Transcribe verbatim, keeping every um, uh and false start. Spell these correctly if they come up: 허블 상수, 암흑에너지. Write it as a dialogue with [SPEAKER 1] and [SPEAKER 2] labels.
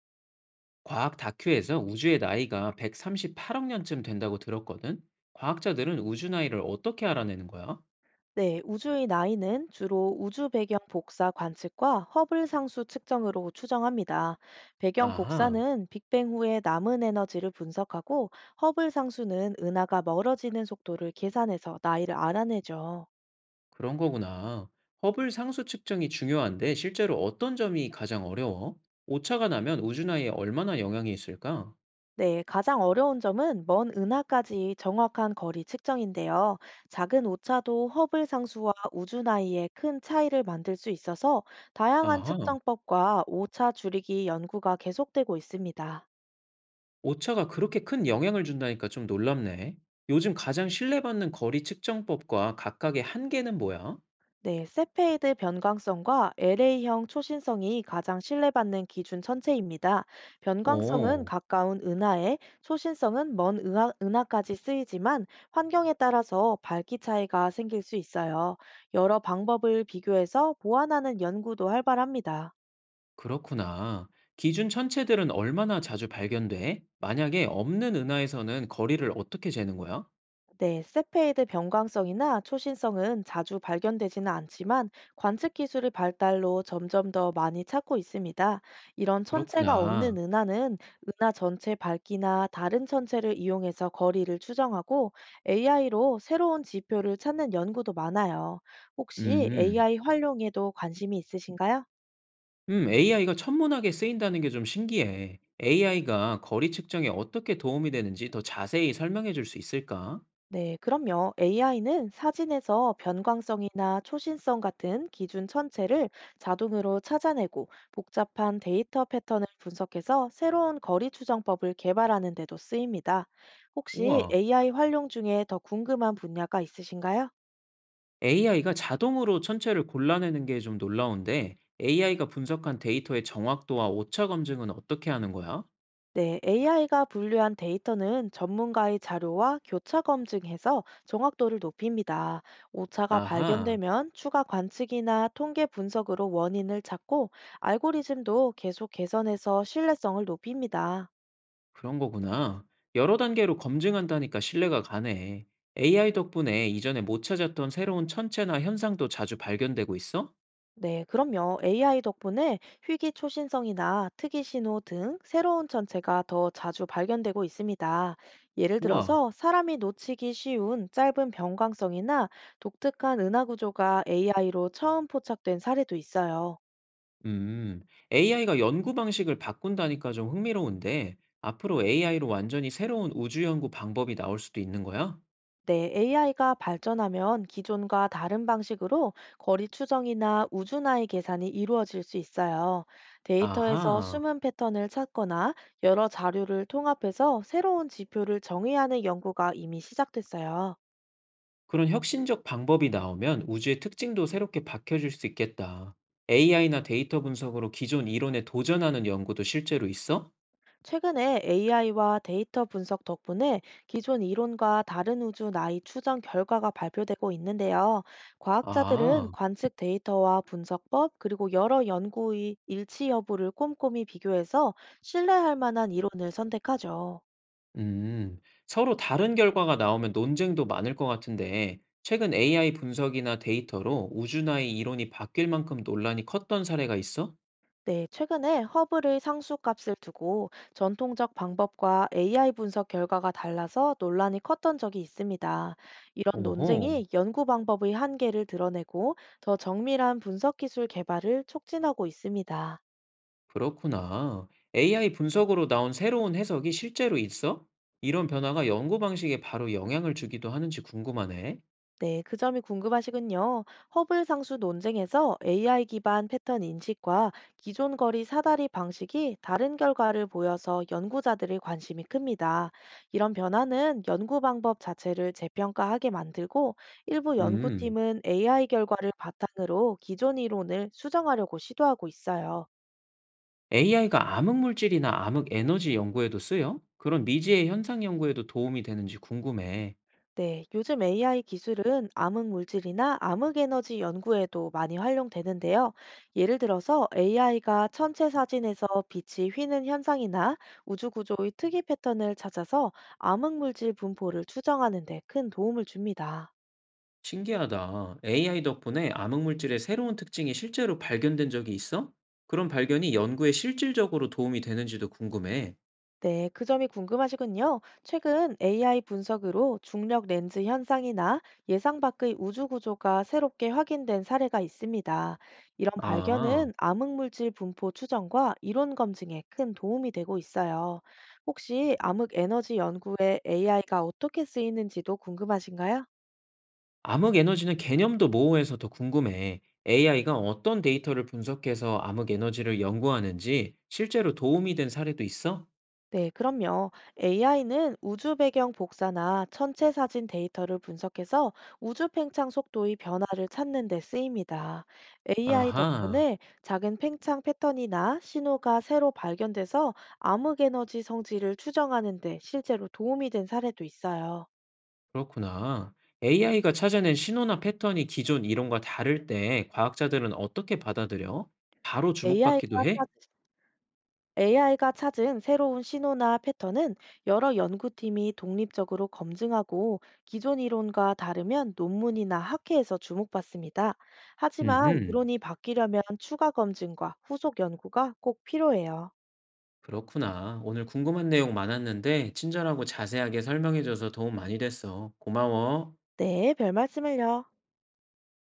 [SPEAKER 1] 과학 다큐에서 우주의 나이가 백삼십팔억 년쯤 된다고 들었거든? 과학자들은 우주 나이를 어떻게 알아내는 거야?
[SPEAKER 2] 네, 우주의 나이는 주로 우주 배경 복사 관측과 허블 상수 측정으로 추정합니다. 배경
[SPEAKER 1] 아하,
[SPEAKER 2] 복사는 빅뱅 후에 남은 에너지를 분석하고 허블 상수는 은하가 멀어지는 속도를 계산해서 나이를 알아내죠.
[SPEAKER 1] 그런 거구나. 허블 상수 측정이 중요한데 실제로 어떤 점이 가장 어려워? 오차가 나면 우주 나이에 얼마나 영향이 있을까?
[SPEAKER 2] 네, 가장 어려운 점은 먼 은하까지 정확한 거리 측정인데요. 작은 오차도 허블 상수와 우주 나이에 큰 차이를 만들 수 있어서 다양한
[SPEAKER 1] 아하,
[SPEAKER 2] 측정법과 오차 줄이기 연구가 계속되고 있습니다.
[SPEAKER 1] 오차가 그렇게 큰 영향을 준다니까 좀 놀랍네. 요즘 가장 신뢰받는 거리 측정법과 각각의 한계는 뭐야?
[SPEAKER 2] 네, 세페이드 변광성과 엘에이형 초신성이 가장 신뢰받는 기준 천체입니다. 변광성은
[SPEAKER 1] 오.
[SPEAKER 2] 가까운 은하에, 초신성은 먼 은하, 은하까지 쓰이지만 환경에 따라서 밝기 차이가 생길 수 있어요. 여러 방법을 비교해서 보완하는 연구도 활발합니다.
[SPEAKER 1] 그렇구나. 기준 천체들은 얼마나 자주 발견돼? 만약에 없는 은하에서는 거리를 어떻게 재는 거야?
[SPEAKER 2] 네, 세페이드 변광성이나 초신성은 자주 발견되지는 않지만 관측 기술의 발달로 점점 더 많이 찾고 있습니다. 이런 천체가 없는
[SPEAKER 1] 그렇구나.
[SPEAKER 2] 은하는 은하 전체 밝기나 다른 천체를 이용해서 거리를 추정하고 에이아이로 새로운 지표를 찾는 연구도 많아요. 혹시
[SPEAKER 1] 음,
[SPEAKER 2] 에이아이 활용에도 관심이 있으신가요?
[SPEAKER 1] 음, 에이아이가 천문학에 쓰인다는 게 좀 신기해. 에이아이가 거리 측정에 어떻게 도움이 되는지 더 자세히 설명해 줄 수 있을까?
[SPEAKER 2] 네, 그럼요. 에이아이는 사진에서 변광성이나 초신성 같은 기준 천체를 자동으로 찾아내고 복잡한 데이터 패턴을 분석해서 새로운 거리 추정법을 개발하는 데도 쓰입니다. 혹시
[SPEAKER 1] 우와.
[SPEAKER 2] 에이아이 활용 중에 더 궁금한 분야가 있으신가요?
[SPEAKER 1] 에이아이가 자동으로 천체를 골라내는 게 좀 놀라운데, 에이아이가 분석한 데이터의 정확도와 오차 검증은 어떻게 하는 거야?
[SPEAKER 2] 네, 에이아이가 분류한 데이터는 전문가의 자료와 교차 검증해서 정확도를 높입니다. 오차가
[SPEAKER 1] 아하.
[SPEAKER 2] 발견되면 추가 관측이나 통계 분석으로 원인을 찾고 알고리즘도 계속 개선해서 신뢰성을 높입니다.
[SPEAKER 1] 그런 거구나. 여러 단계로 검증한다니까 신뢰가 가네. 에이아이 덕분에 이전에 못 찾았던 새로운 천체나 현상도 자주 발견되고 있어?
[SPEAKER 2] 네, 그럼요. 에이아이 덕분에 희귀 초신성이나 특이 신호 등 새로운 천체가 더 자주 발견되고 있습니다. 예를
[SPEAKER 1] 우와.
[SPEAKER 2] 들어서 사람이 놓치기 쉬운 짧은 변광성이나 독특한 은하 구조가 에이아이로 처음 포착된 사례도 있어요.
[SPEAKER 1] 음, 에이아이가 연구 방식을 바꾼다니까 좀 흥미로운데, 앞으로 에이아이로 완전히 새로운 우주 연구 방법이 나올 수도 있는 거야?
[SPEAKER 2] 네, 에이아이가 발전하면 기존과 다른 방식으로 거리 추정이나 우주나이 계산이 이루어질 수 있어요. 데이터에서
[SPEAKER 1] 아하.
[SPEAKER 2] 숨은 패턴을 찾거나 여러 자료를 통합해서 새로운 지표를 정의하는 연구가 이미 시작됐어요.
[SPEAKER 1] 그런 혁신적 방법이 나오면 우주의 특징도 새롭게 밝혀질 수 있겠다. 에이아이나 데이터 분석으로 기존 이론에 도전하는 연구도 실제로 있어?
[SPEAKER 2] 최근에 에이아이와 데이터 분석 덕분에 기존 이론과 다른 우주 나이 추정 결과가 발표되고 있는데요. 과학자들은
[SPEAKER 1] 아.
[SPEAKER 2] 관측 데이터와 분석법, 그리고 여러 연구의 일치 여부를 꼼꼼히 비교해서 신뢰할 만한 이론을 선택하죠.
[SPEAKER 1] 음, 서로 다른 결과가 나오면 논쟁도 많을 것 같은데, 최근 에이아이 분석이나 데이터로 우주나이 이론이 바뀔 만큼 논란이 컸던 사례가 있어?
[SPEAKER 2] 네, 최근에 허블의 상수값을 두고 전통적 방법과 에이아이 분석 결과가 달라서 논란이 컸던 적이 있습니다. 이런
[SPEAKER 1] 오호,
[SPEAKER 2] 논쟁이 연구 방법의 한계를 드러내고 더 정밀한 분석 기술 개발을 촉진하고 있습니다.
[SPEAKER 1] 그렇구나. 에이아이 분석으로 나온 새로운 해석이 실제로 있어? 이런 변화가 연구 방식에 바로 영향을 주기도 하는지 궁금하네.
[SPEAKER 2] 네, 그 점이 궁금하시군요. 허블 상수 논쟁에서 에이아이 기반 패턴 인식과 기존 거리 사다리 방식이 다른 결과를 보여서 연구자들의 관심이 큽니다. 이런 변화는 연구 방법 자체를 재평가하게 만들고 일부
[SPEAKER 1] 음,
[SPEAKER 2] 연구팀은 에이아이 결과를 바탕으로 기존 이론을 수정하려고 시도하고 있어요.
[SPEAKER 1] 에이아이가 암흑물질이나 암흑에너지 연구에도 쓰여? 그런 미지의 현상 연구에도 도움이 되는지 궁금해.
[SPEAKER 2] 네, 요즘 에이아이 기술은 암흑 물질이나 암흑 에너지 연구에도 많이 활용되는데요. 예를 들어서 에이아이가 천체 사진에서 빛이 휘는 현상이나 우주 구조의 특이 패턴을 찾아서 암흑 물질 분포를 추정하는 데 큰 도움을 줍니다.
[SPEAKER 1] 신기하다. 에이아이 덕분에 암흑물질의 새로운 특징이 실제로 발견된 적이 있어? 그런 발견이 연구에 실질적으로 도움이 되는지도 궁금해.
[SPEAKER 2] 네, 그 점이 궁금하시군요. 최근 에이아이 분석으로 중력 렌즈 현상이나 예상 밖의 우주 구조가 새롭게 확인된 사례가 있습니다. 이런
[SPEAKER 1] 아,
[SPEAKER 2] 발견은 암흑물질 분포 추정과 이론 검증에 큰 도움이 되고 있어요. 혹시 암흑 에너지 연구에 에이아이가 어떻게 쓰이는지도 궁금하신가요?
[SPEAKER 1] 암흑에너지는 개념도 모호해서 더 궁금해. 에이아이가 어떤 데이터를 분석해서 암흑에너지를 연구하는지 실제로 도움이 된 사례도 있어?
[SPEAKER 2] 네, 그럼요. 에이아이는 우주 배경 복사나 천체 사진 데이터를 분석해서 우주 팽창 속도의 변화를 찾는 데 쓰입니다. 에이아이
[SPEAKER 1] 아하,
[SPEAKER 2] 덕분에 작은 팽창 패턴이나 신호가 새로 발견돼서 암흑 에너지 성질을 추정하는 데 실제로 도움이 된 사례도 있어요.
[SPEAKER 1] 그렇구나. 에이아이가 찾아낸 신호나 패턴이 기존 이론과 다를 때 과학자들은 어떻게 받아들여? 바로
[SPEAKER 2] AI가
[SPEAKER 1] 주목받기도 해?
[SPEAKER 2] AI가 찾은 새로운 신호나 패턴은 여러 연구팀이 독립적으로 검증하고 기존 이론과 다르면 논문이나 학회에서 주목받습니다. 하지만
[SPEAKER 1] 음흠.
[SPEAKER 2] 이론이 바뀌려면 추가 검증과 후속 연구가 꼭 필요해요.
[SPEAKER 1] 그렇구나. 오늘 궁금한 내용 많았는데, 친절하고 자세하게 설명해줘서 도움 많이 됐어. 고마워.
[SPEAKER 2] 네, 별 말씀을요.